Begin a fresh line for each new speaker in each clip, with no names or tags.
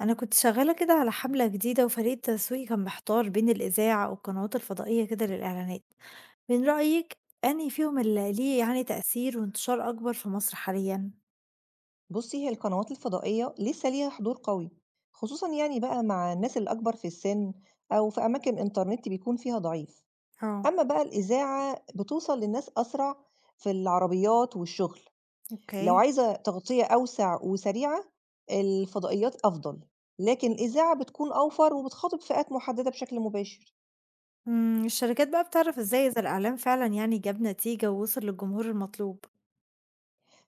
أنا كنت شغالة كده على
إمم.
حملة جديدة، وفريق التسويق كان محتار بين الإذاعة والقنوات الفضائية كده للإعلانات. من رأيك أنهي فيهم اللي ليه يعني تأثير وانتشار أكبر في مصر حاليا؟
بُصّي، هي القنوات الفضائية لسه ليها حضور قوي، خصوصًا يعني بقى مع الناس الأكبر في السِن أو في أماكن إنترنت بيكون فيها ضعيف.
اه.
أمّا بقى الإذاعة بتوصل للناس أسرع في العربيات والشغل، لو
اوكي.
عايزة تغطية أوسع وسريعة، الفضائيات أفضل، لكن الإذاعة بتكون أوفر وبتخاطب فئات محددة بشكل مباشر.
الشركات بقى بتعرف إزاي إذا الإعلان فعلا يعني جاب نتيجة ووصل للجمهور المطلوب؟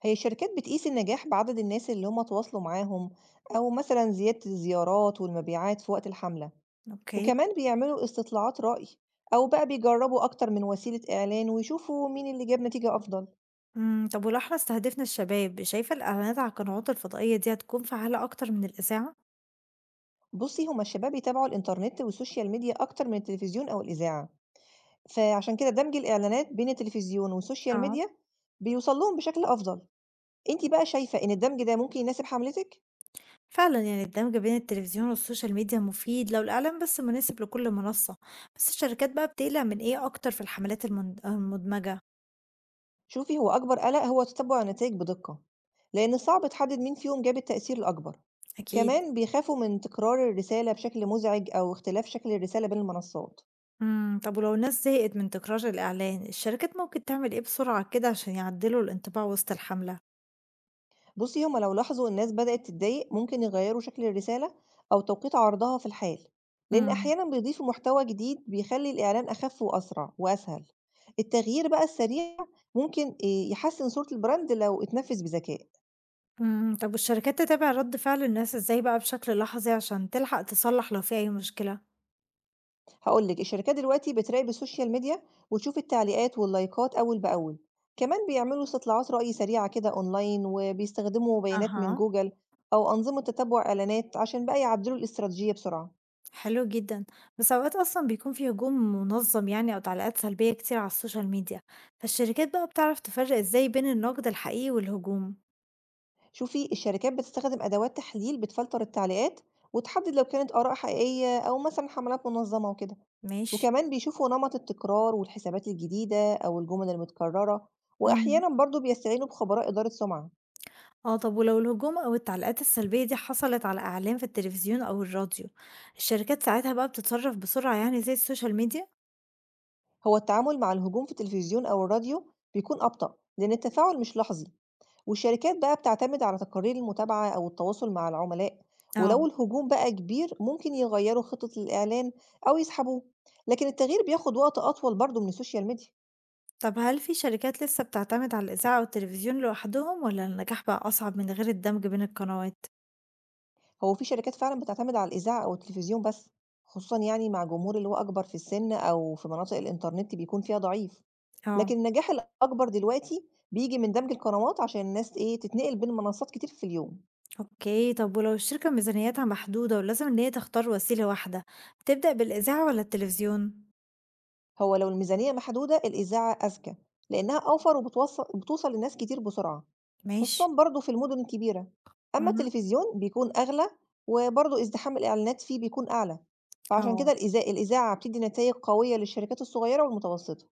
هي الشركات بتقيس النجاح بعدد الناس اللي هم تواصلوا معاهم أو مثلًا زيادة الزيارات والمبيعات في وقت الحملة.
اوكي.
وكمان بيعملوا استطلاعات رأي أو بقى بيجربوا أكتر من وسيلة إعلان ويشوفوا مين اللي جاب نتيجة أفضل.
طب ولو احنا استهدفنا الشباب، شايفة الإعلانات على القنوات الفضائية دي هتكون فعالة أكتر من الإذاعة؟
بصي هما الشباب يتابعوا الإنترنت والسوشيال ميديا أكتر من التلفزيون أو الإذاعة، فعشان كده دمج الإعلانات بين التلفزيون والسوشيال
اه.
ميديا بيوصل لهم بشكل أفضل. أنت بقى شايفة إن الدمج ده ممكن يناسب حملتك؟
فعلا يعني الدمج بين التلفزيون والسوشيال ميديا مفيد لو الإعلان بس مناسب لكل منصة. بس الشركات بقى بتقلق من إيه أكتر في الحملات المدمجة؟
شوفي هو أكبر قلق هو تتبع النتائج بدقة، لأن صعب تحدد مين فيهم جاب التأثير الأكبر.
أكيد.
كمان بيخافوا من تكرار الرسالة بشكل مزعج أو اختلاف شكل الرسالة بين المنصات.
طب ولو الناس زهقت من تكرار الإعلان، الشركات ممكن تعمل إيه بسرعة كده عشان يعدلوا الانطباع وسط الحملة؟
بُصّي، هم لو لاحظوا الناس بدأت تتضايق، ممكن يغيّروا شكل الرسالة أو توقيت عرضها في الحال، لإن
مم.
أحيانًا بيضيفوا محتوى جديد بيخلّي الإعلان أخف وأسرع وأسهل. التغيير بقى السريع ممكن يحسّن صورة البراند لو اتنفّذ بذكاء.
طب، والشركات تتابع رد فعل الناس إزاي بقى بشكل لحظي عشان تلحق تصلح لو في أي مشكلة؟
هاقول لِك، الشركات دلوقتي بتراقب السوشيال ميديا وتشوف التعليقات واللايكات أول بأول. كمان بيعملوا استطلاعات رأي سريعة كده أونلاين وبيستخدموا بيانات من
أها.
جوجل أو أنظمة تتبُّع إعلانات عشان بقى يعدّلوا الاستراتيجية بسرعة.
حلو جدًا، بس أوقات أصلًا بيكون في هجوم منظم يعني أو تعليقات سلبية كتير على السوشيال ميديا، فالشركات بقى بتعرف تفرق إزاي بين النقد الحقيقي والهجوم؟
شوفي الشركات بتستخدم أدوات تحليل بتفلتر التعليقات وتحدد لو كانت آراء حقيقية أو مثلا حملات منظمة وكده.
ماشي.
وكمان بيشوفوا نمط التكرار والحسابات الجديدة أو الجمل المتكررة،
اهم.
وأحيانا برضو بيستعينوا بخبراء إدارة سمعة.
آه، طب ولو الهجوم أو التعليقات السلبية دي حصلت على إعلان في التلفزيون أو الراديو، الشركات ساعتها بقى بتتصرف بسرعة يعني زي السوشيال ميديا؟
هو التعامل مع الهجوم في التلفزيون أو الراديو بيكون أبطأ لأن التفاعل مش لحظي، والشركات بقى بتعتمد على تقارير المتابعة أو التواصل مع العملاء.
آه.
ولو الهجوم بقى كبير ممكن يغيروا خطة الإعلان أو يسحبوه، لكن التغيير بياخد وقت أطول برضو من السوشيال ميديا.
طب هل في شركات لسه بتعتمد على الإذاعة والتلفزيون لوحدهم، والّا النجاح بقى أصعب من غير الدمج بين القنوات؟
هو في شركات فعلًا بتعتمد على الإذاعة أو التلفزيون بس، خصوصًا يعني مع جمهور اللي هو أكبر في السن أو في مناطق الإنترنت بيكون فيها ضعيف، لكن
آه.
النجاح الأكبر دلوقتي بييجي من دمج القنوات عشان الناس إيه، تتنقل بين منصات كتير في اليوم.
أوكي، طب ولو الشركة ميزانيتها محدودة ولازم إن هي تختار وسيلة واحدة، تبدأ بالإذاعة والّا التلفزيون؟
هو لو الميزانية محدودة الإذاعة أذكى، لإنها أوفر وبتوص بتوصل لناس كتير بسرعة،
ماشي.
خصوصًا برضه في المدن الكبيرة. أما
اهم.
التلفزيون بيكون أغلى، وبرضه ازدحام الإعلانات فيه بيكون أعلى، فعشان
آه.
كده الإذاعة بتدي نتايج قوية للشركات الصغيرة والمتوسطة.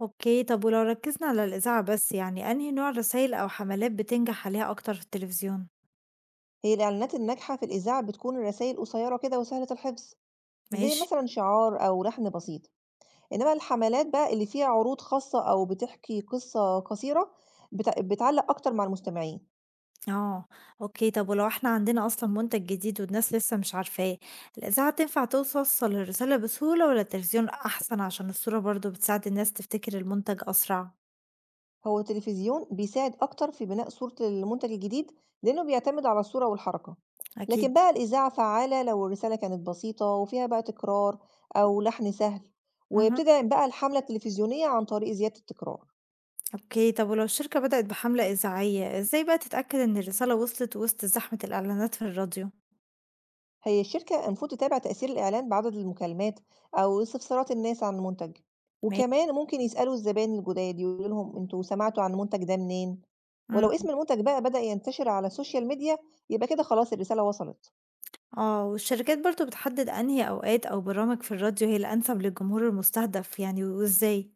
أوكي، طب ولو ركزنا على الإذاعة بس، يعني أنهي نوع رسايل أو حملات بتنجح عليها أكتر في التلفزيون؟
هي الإعلانات الناجحة في الإذاعة بتكون الرسايل قصيرة كده وسهلة الحفظ، زي
ماشي.
مثلا شعار أو لحن بسيط. إنما الحملات بقى اللي فيها عروض خاصة أو بتحكي قصة قصيرة بتعلق أكتر مع المستمعين.
آه. أوكي، طب ولو إحنا عندنا أصلًا منتج جديد والناس لسه مش عارفاه، الإذاعة تنفع توصّل الرسالة بسهولة والّا التلفزيون أحسن عشان الصورة برضه بتساعد الناس تفتكر المنتج أسرع؟
هو التلفزيون بيساعد أكتر في بناء صورة المنتج الجديد لأنه بيعتمد على الصورة والحركة، لكن
أكيد.
بقى الإذاعة فعالة لو الرسالة كانت بسيطة وفيها بقى تكرار أو لحن سهل،
اهم.
وبتدعم بقى الحملة التلفزيونية عن طريق زيادة التكرار.
أوكي، طب ولو الشركة بدأت بحملة إذاعية، إزاي بقى تتأكد إن الرسالة وصلت وسط زحمة الإعلانات في الراديو؟
هي الشركة المفروض تتابع تأثير الإعلان بعدد المكالمات أو استفسارات الناس عن المنتج،
ماشي.
وكمان ممكن يسألوا الزبائن الجداد يقولوا لهم انتوا سمعتوا عن المنتج ده منين. ولو
امم.
اسم المنتج بقى بدأ ينتشر على السوشيال ميديا يبقى كده خلاص الرسالة وصلت.
آه، والشركات برضو بتحدد أنهي أوقات أو برامج في الراديو هي الأنسب للجمهور المستهدف يعني، وإزاي؟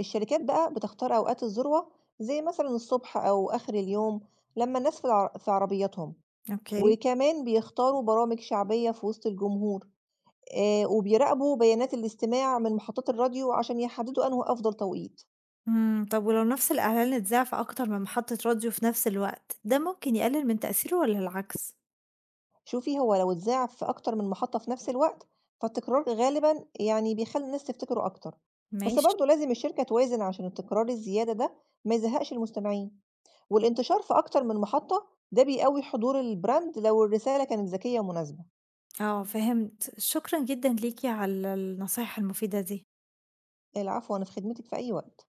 الشركات بقى بتختار أوقات الذروة زي مثلا الصبح أو آخر اليوم لما الناس في عربياتهم،
أوكي.
وكمان بيختاروا برامج شعبية في وسط الجمهور. آه، وبيراقبوا بيانات الاستماع من محطات الراديو عشان يحددوا أنه أفضل توقيت.
طب ولو نفس الإعلان اتذاع في أكتر من محطة راديو في نفس الوقت، ده ممكن يقلل من تأثيره ولا العكس؟
شوفي هو لو اتذاع في أكتر من محطة في نفس الوقت فالتكرار غالبا يعني بيخلي الناس تفتكره أكتر. بس
ماشي.
برضه لازم الشركة توازن عشان التكرار الزيادة ده ما يزهقش المستمعين، والانتشار في أكتر من محطة ده بيقوي حضور البراند لو الرسالة كانت ذكية ومناسبة.
آه، فهمت، شكرا جدا ليكي على النصايح المفيدة دي.
العفو، أنا في خدمتك في أي وقت.